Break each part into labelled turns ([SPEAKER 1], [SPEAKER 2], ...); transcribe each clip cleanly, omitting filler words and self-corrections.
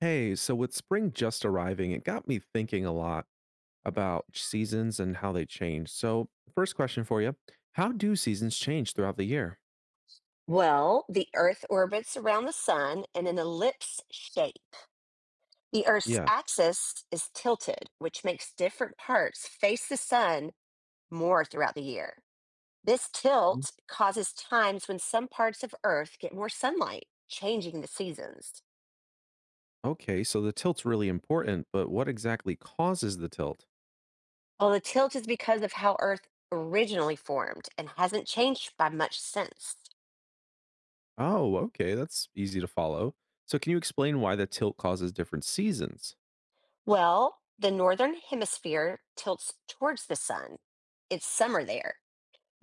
[SPEAKER 1] Hey, so with spring just arriving, it got me thinking a lot about seasons and how they change. So, first question for you. How do seasons change throughout the year?
[SPEAKER 2] Well, the Earth orbits around the Sun in an ellipse shape. The Earth's
[SPEAKER 1] Yeah.
[SPEAKER 2] axis is tilted, which makes different parts face the Sun more throughout the year. This
[SPEAKER 1] Mhm.
[SPEAKER 2] tilt causes times when some parts of Earth get more sunlight, changing the seasons.
[SPEAKER 1] Okay, so the tilt's really important, but what exactly causes the tilt?
[SPEAKER 2] Well, the tilt is because of how Earth originally formed and hasn't changed by much since.
[SPEAKER 1] Oh, okay, that's easy to follow. So, can you explain why the tilt causes different seasons?
[SPEAKER 2] Well, the northern hemisphere tilts towards the sun. It's summer there.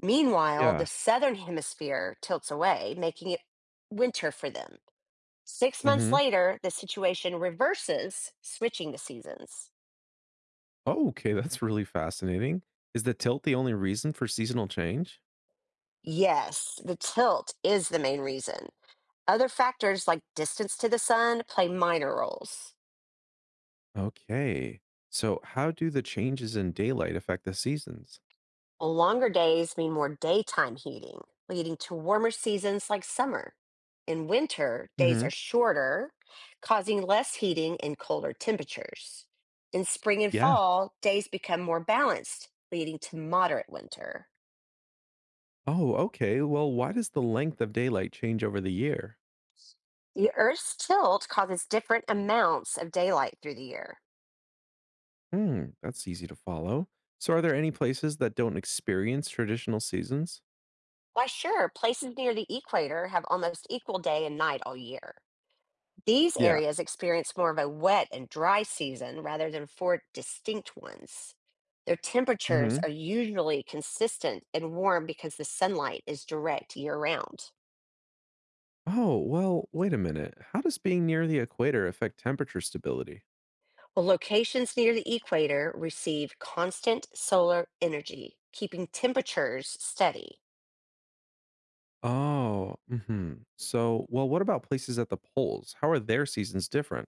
[SPEAKER 2] Meanwhile,
[SPEAKER 1] Yeah.
[SPEAKER 2] the southern hemisphere tilts away, making it winter for them. 6 months
[SPEAKER 1] Hmm.
[SPEAKER 2] later, the situation reverses, switching the seasons.
[SPEAKER 1] Oh, okay, that's really fascinating. Is the tilt the only reason for seasonal change?
[SPEAKER 2] Yes, the tilt is the main reason. Other factors like distance to the sun play minor roles.
[SPEAKER 1] Okay. So, how do the changes in daylight affect the seasons?
[SPEAKER 2] Longer days mean more daytime heating, leading to warmer seasons like summer. In winter, days are
[SPEAKER 1] Mhm.
[SPEAKER 2] shorter, causing less heating and colder temperatures. In spring and
[SPEAKER 1] Yeah.
[SPEAKER 2] fall, days become more balanced, leading to moderate winter.
[SPEAKER 1] Oh, okay. Well, why does the length of daylight change over the year?
[SPEAKER 2] The Earth's tilt causes different amounts of daylight through the year.
[SPEAKER 1] That's easy to follow. So, are there any places that don't experience traditional seasons?
[SPEAKER 2] Why, sure, places near the equator have almost equal day and night all year. These
[SPEAKER 1] Yeah.
[SPEAKER 2] areas experience more of a wet and dry season rather than four distinct ones. Their temperatures
[SPEAKER 1] Hmm.
[SPEAKER 2] are usually consistent and warm because the sunlight is direct year round.
[SPEAKER 1] Oh, well, wait a minute. How does being near the equator affect temperature stability?
[SPEAKER 2] Well, locations near the equator receive constant solar energy, keeping temperatures steady.
[SPEAKER 1] Oh, so, well, what about places at the poles? How are their seasons different?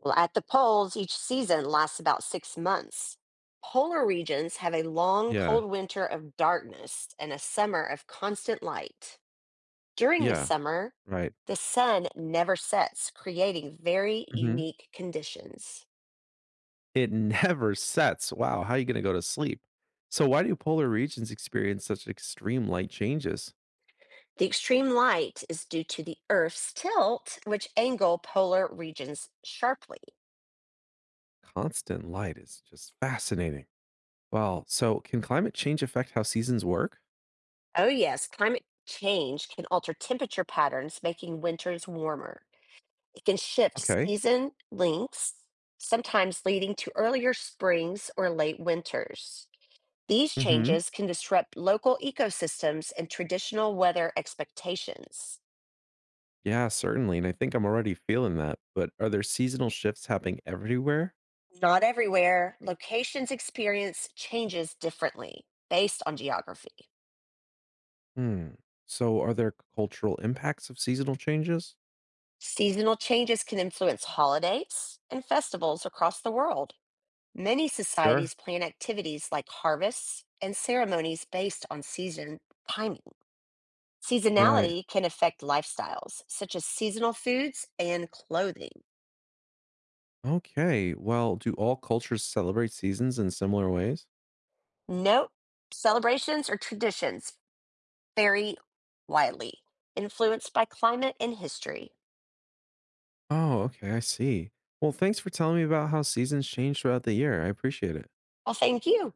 [SPEAKER 2] Well, at the poles, each season lasts about 6 months. Polar regions have a long,
[SPEAKER 1] Yeah.
[SPEAKER 2] cold winter of darkness and a summer of constant light. During the
[SPEAKER 1] Yeah.
[SPEAKER 2] summer,
[SPEAKER 1] Right.
[SPEAKER 2] the sun never sets, creating very
[SPEAKER 1] Hmm.
[SPEAKER 2] unique conditions.
[SPEAKER 1] It never sets. Wow, how are you gonna go to sleep? So why do polar regions experience such extreme light changes?
[SPEAKER 2] The extreme light is due to the Earth's tilt, which angle polar regions sharply.
[SPEAKER 1] Constant light is just fascinating. Well, so can climate change affect how seasons work?
[SPEAKER 2] Oh, yes, climate change can alter temperature patterns, making winters warmer. It can shift
[SPEAKER 1] Okay.
[SPEAKER 2] season lengths, sometimes leading to earlier springs or late winters. These
[SPEAKER 1] Hmm.
[SPEAKER 2] changes can disrupt local ecosystems and traditional weather expectations.
[SPEAKER 1] Yeah, certainly. And I think I'm already feeling that. But are there seasonal shifts happening everywhere?
[SPEAKER 2] Not everywhere, locations experience changes differently based on geography.
[SPEAKER 1] Hmm. So are there cultural impacts of seasonal changes?
[SPEAKER 2] Seasonal changes can influence holidays and festivals across the world. Many societies
[SPEAKER 1] Sure.
[SPEAKER 2] plan activities like harvests and ceremonies based on season timing.
[SPEAKER 1] Right.
[SPEAKER 2] Seasonality can affect lifestyles, such as seasonal foods and clothing.
[SPEAKER 1] Okay. Well, do all cultures celebrate seasons in similar ways?
[SPEAKER 2] Note celebrations or traditions vary widely, influenced by climate and history.
[SPEAKER 1] Oh, okay, I see. Well, thanks for telling me about how seasons change throughout the year. I appreciate it.
[SPEAKER 2] Well, thank you.